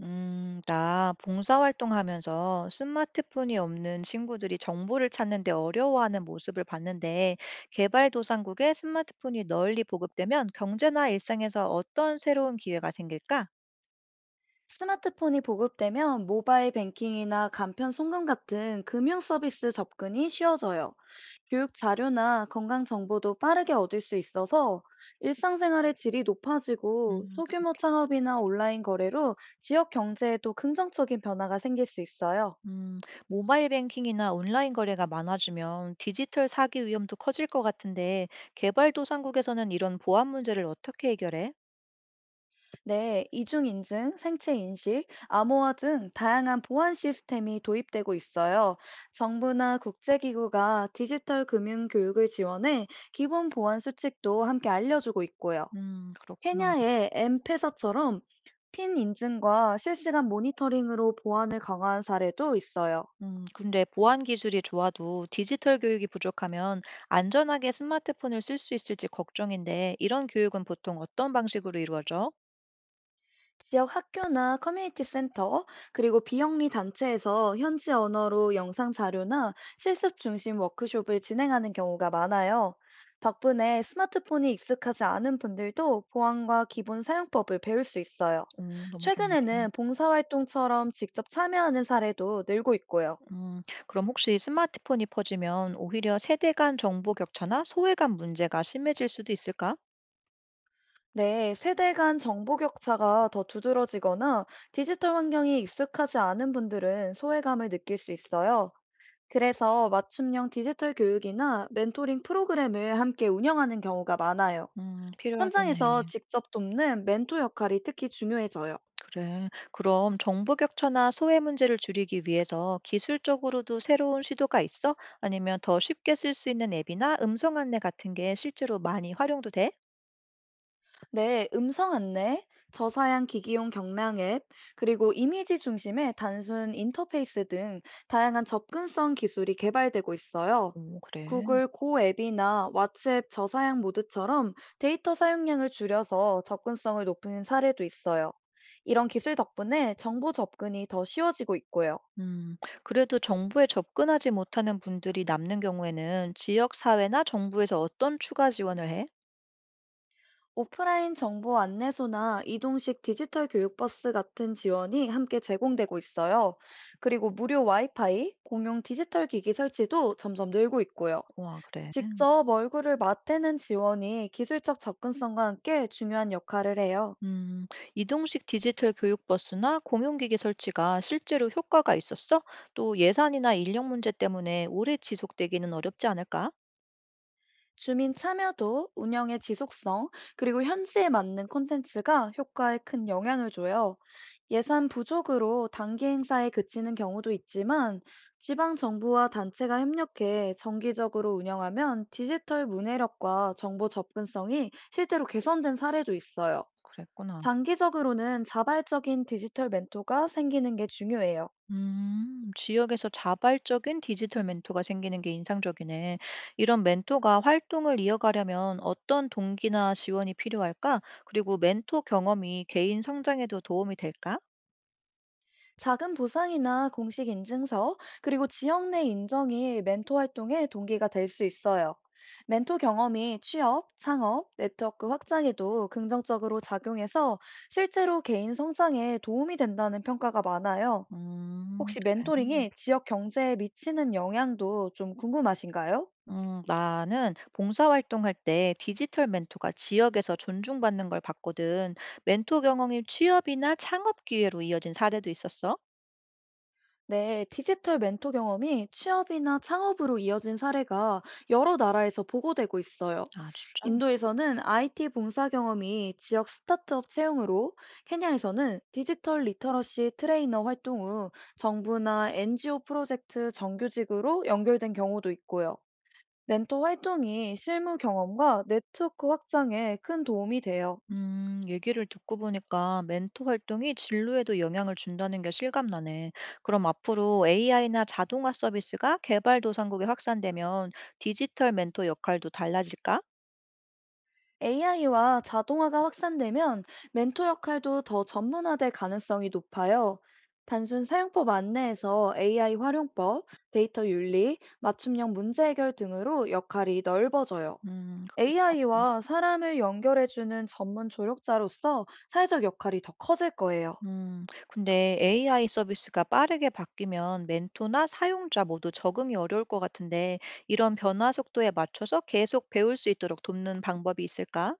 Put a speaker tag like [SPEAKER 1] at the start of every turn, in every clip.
[SPEAKER 1] 나 봉사활동하면서 스마트폰이 없는 친구들이 정보를 찾는데 어려워하는 모습을 봤는데, 개발도상국에 스마트폰이 널리 보급되면 경제나 일상에서 어떤 새로운 기회가 생길까?
[SPEAKER 2] 스마트폰이 보급되면 모바일 뱅킹이나 간편 송금 같은 금융 서비스 접근이 쉬워져요. 교육 자료나 건강 정보도 빠르게 얻을 수 있어서 일상생활의 질이 높아지고
[SPEAKER 1] 음,
[SPEAKER 2] 소규모 창업이나 온라인 거래로 지역 경제에도 긍정적인 변화가 생길 수 있어요.
[SPEAKER 1] 음, 모바일 뱅킹이나 온라인 거래가 많아지면 디지털 사기 위험도 커질 것 같은데, 개발도상국에서는 이런 보안 문제를 어떻게 해결해?
[SPEAKER 2] 네, 이중인증, 생체인식, 암호화 등 다양한 보안 시스템이 도입되고 있어요. 정부나 국제기구가 디지털 금융 교육을 지원해 기본 보안 수칙도 함께 알려주고 있고요.
[SPEAKER 1] 그렇구나.
[SPEAKER 2] 케냐의 엠페사처럼 핀 인증과 실시간 모니터링으로 보안을 강화한 사례도 있어요.
[SPEAKER 1] 근데 보안 기술이 좋아도 디지털 교육이 부족하면 안전하게 스마트폰을 쓸 수 있을지 걱정인데, 이런 교육은 보통 어떤 방식으로 이루어져?
[SPEAKER 2] 지역 학교나 커뮤니티 센터, 그리고 비영리 단체에서 현지 언어로 영상 자료나 실습 중심 워크숍을 진행하는 경우가 많아요. 덕분에 스마트폰이 익숙하지 않은 분들도 보안과 기본 사용법을 배울 수 있어요.
[SPEAKER 1] 너무 좋네.
[SPEAKER 2] 최근에는 봉사활동처럼 직접 참여하는 사례도 늘고 있고요.
[SPEAKER 1] 음, 그럼 혹시 스마트폰이 퍼지면 오히려 세대 간 정보 격차나 소외감 문제가 심해질 수도 있을까?
[SPEAKER 2] 네, 세대 간 정보 격차가 더 두드러지거나 디지털 환경이 익숙하지 않은 분들은 소외감을 느낄 수 있어요. 그래서 맞춤형 디지털 교육이나 멘토링 프로그램을 함께 운영하는 경우가 많아요. 현장에서
[SPEAKER 1] 필요하겠네.
[SPEAKER 2] 직접 돕는 멘토 역할이 특히 중요해져요.
[SPEAKER 1] 그래. 그럼 정보 격차나 소외 문제를 줄이기 위해서 기술적으로도 새로운 시도가 있어? 아니면 더 쉽게 쓸 수 있는 앱이나 음성 안내 같은 게 실제로 많이 활용도 돼?
[SPEAKER 2] 네, 음성 안내, 저사양 기기용 경량 앱, 그리고 이미지 중심의 단순 인터페이스 등 다양한 접근성 기술이 개발되고 있어요.
[SPEAKER 1] 오, 그래.
[SPEAKER 2] 구글 고 앱이나 왓츠앱 저사양 모드처럼 데이터 사용량을 줄여서 접근성을 높이는 사례도 있어요. 이런 기술 덕분에 정보 접근이 더 쉬워지고 있고요.
[SPEAKER 1] 음, 그래도 정부에 접근하지 못하는 분들이 남는 경우에는 지역사회나 정부에서 어떤 추가 지원을 해?
[SPEAKER 2] 오프라인 정보 안내소나 이동식 디지털 교육버스 같은 지원이 함께 제공되고 있어요. 그리고 무료 와이파이, 공용 디지털 기기 설치도 점점 늘고 있고요.
[SPEAKER 1] 와, 그래.
[SPEAKER 2] 직접 얼굴을 맞대는 지원이 기술적 접근성과 함께 중요한 역할을 해요.
[SPEAKER 1] 음, 이동식 디지털 교육버스나 공용기기 설치가 실제로 효과가 있었어? 또 예산이나 인력 문제 때문에 오래 지속되기는 어렵지 않을까?
[SPEAKER 2] 주민 참여도, 운영의 지속성, 그리고 현지에 맞는 콘텐츠가 효과에 큰 영향을 줘요. 예산 부족으로 단기 행사에 그치는 경우도 있지만 지방 정부와 단체가 협력해 정기적으로 운영하면 디지털 문해력과 정보 접근성이 실제로 개선된 사례도 있어요.
[SPEAKER 1] 그랬구나.
[SPEAKER 2] 장기적으로는 자발적인 디지털 멘토가 생기는 게 중요해요.
[SPEAKER 1] 지역에서 자발적인 디지털 멘토가 생기는 게 인상적이네. 이런 멘토가 활동을 이어가려면 어떤 동기나 지원이 필요할까? 그리고 멘토 경험이 개인 성장에도 도움이 될까?
[SPEAKER 2] 작은 보상이나 공식 인증서, 그리고 지역 내 인정이 멘토 활동의 동기가 될 수 있어요. 멘토 경험이 취업, 창업, 네트워크 확장에도 긍정적으로 작용해서 실제로 개인 성장에 도움이 된다는 평가가 많아요. 혹시
[SPEAKER 1] 그래.
[SPEAKER 2] 멘토링이 지역 경제에 미치는 영향도 좀 궁금하신가요?
[SPEAKER 1] 나는 봉사활동할 때 디지털 멘토가 지역에서 존중받는 걸 봤거든. 멘토 경험이 취업이나 창업 기회로 이어진 사례도 있었어.
[SPEAKER 2] 네, 디지털 멘토 경험이 취업이나 창업으로 이어진 사례가 여러 나라에서 보고되고 있어요.
[SPEAKER 1] 아, 진짜?
[SPEAKER 2] 인도에서는 IT 봉사 경험이 지역 스타트업 채용으로, 케냐에서는 디지털 리터러시 트레이너 활동 후 정부나 NGO 프로젝트 정규직으로 연결된 경우도 있고요. 멘토 활동이 실무 경험과 네트워크 확장에 큰 도움이 돼요.
[SPEAKER 1] 얘기를 듣고 보니까 멘토 활동이 진로에도 영향을 준다는 게 실감나네. 그럼 앞으로 AI나 자동화 서비스가 개발도상국에 확산되면 디지털 멘토 역할도 달라질까?
[SPEAKER 2] AI와 자동화가 확산되면 멘토 역할도 더 전문화될 가능성이 높아요. 단순 사용법 안내에서 AI 활용법, 데이터 윤리, 맞춤형 문제 해결 등으로 역할이 넓어져요.
[SPEAKER 1] 음, 그럴 것 같-
[SPEAKER 2] AI와 사람을 연결해주는 전문 조력자로서 사회적 역할이 더 커질 거예요.
[SPEAKER 1] 근데 AI 서비스가 빠르게 바뀌면 멘토나 사용자 모두 적응이 어려울 것 같은데 이런 변화 속도에 맞춰서 계속 배울 수 있도록 돕는 방법이 있을까?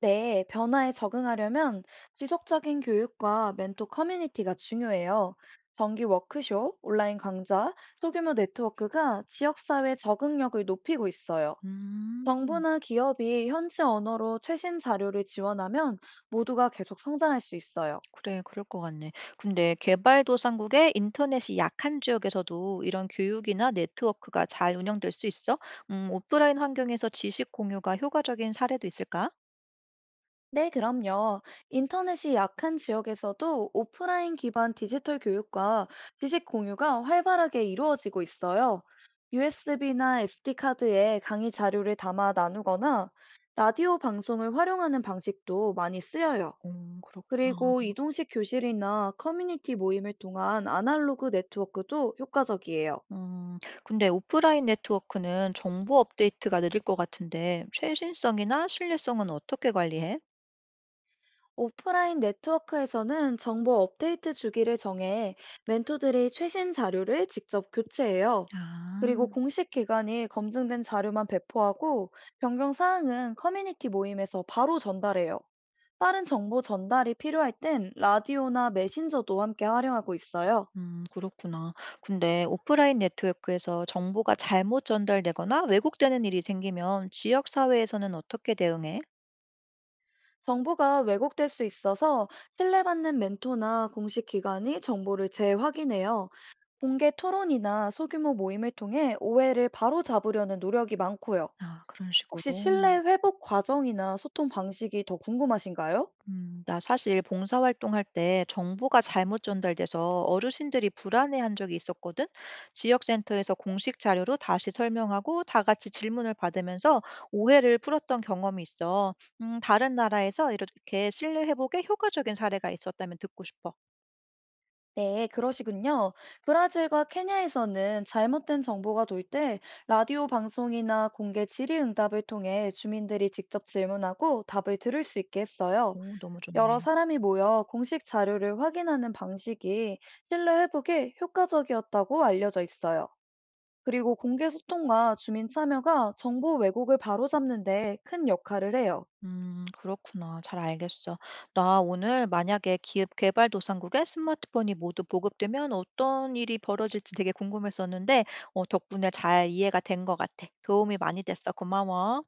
[SPEAKER 2] 네, 변화에 적응하려면 지속적인 교육과 멘토 커뮤니티가 중요해요. 정기 워크숍, 온라인 강좌, 소규모 네트워크가 지역사회 적응력을 높이고 있어요.
[SPEAKER 1] 음.
[SPEAKER 2] 정부나 기업이 현지 언어로 최신 자료를 지원하면 모두가 계속 성장할 수 있어요.
[SPEAKER 1] 그래, 그럴 것 같네. 근데 개발도상국의 인터넷이 약한 지역에서도 이런 교육이나 네트워크가 잘 운영될 수 있어? 오프라인 환경에서 지식 공유가 효과적인 사례도 있을까?
[SPEAKER 2] 네, 그럼요. 인터넷이 약한 지역에서도 오프라인 기반 디지털 교육과 지식 공유가 활발하게 이루어지고 있어요. USB나 SD카드에 강의 자료를 담아 나누거나 라디오 방송을 활용하는 방식도 많이 쓰여요.
[SPEAKER 1] 그렇구나.
[SPEAKER 2] 그리고 이동식 교실이나 커뮤니티 모임을 통한 아날로그 네트워크도 효과적이에요.
[SPEAKER 1] 음, 근데 오프라인 네트워크는 정보 업데이트가 느릴 것 같은데, 최신성이나 신뢰성은 어떻게 관리해?
[SPEAKER 2] 오프라인 네트워크에서는 정보 업데이트 주기를 정해 멘토들이 최신 자료를 직접 교체해요. 그리고
[SPEAKER 1] 아,
[SPEAKER 2] 공식 기관이 검증된 자료만 배포하고 변경 사항은 커뮤니티 모임에서 바로 전달해요. 빠른 정보 전달이 필요할 땐 라디오나 메신저도 함께 활용하고 있어요.
[SPEAKER 1] 그렇구나. 근데 오프라인 네트워크에서 정보가 잘못 전달되거나 왜곡되는 일이 생기면 지역 사회에서는 어떻게 대응해?
[SPEAKER 2] 정보가 왜곡될 수 있어서 신뢰받는 멘토나 공식 기관이 정보를 재확인해요. 공개 토론이나 소규모 모임을 통해 오해를 바로잡으려는 노력이 많고요.
[SPEAKER 1] 아, 그런
[SPEAKER 2] 혹시
[SPEAKER 1] 식으로.
[SPEAKER 2] 신뢰 회복 과정이나 소통 방식이 더 궁금하신가요?
[SPEAKER 1] 음. 나 사실 봉사활동할 때 정보가 잘못 전달돼서 어르신들이 불안해한 적이 있었거든. 지역센터에서 공식 자료로 다시 설명하고 다 같이 질문을 받으면서 오해를 풀었던 경험이 있어. 다른 나라에서 이렇게 신뢰 회복에 효과적인 사례가 있었다면 듣고 싶어.
[SPEAKER 2] 네, 그러시군요. 브라질과 케냐에서는 잘못된 정보가 돌 때 라디오 방송이나 공개 질의응답을 통해 주민들이 직접 질문하고 답을 들을 수 있게 했어요.
[SPEAKER 1] 오, 너무
[SPEAKER 2] 여러
[SPEAKER 1] 좋네.
[SPEAKER 2] 사람이 모여 공식 자료를 확인하는 방식이 신뢰 회복에 효과적이었다고 알려져 있어요. 그리고 공개 소통과 주민 참여가 정보 왜곡을 바로잡는 데 큰 역할을 해요.
[SPEAKER 1] 그렇구나. 잘 알겠어. 나 오늘 만약에 기업 개발도상국에 스마트폰이 모두 보급되면 어떤 일이 벌어질지 되게 궁금했었는데, 덕분에 잘 이해가 된 것 같아. 도움이 많이 됐어. 고마워.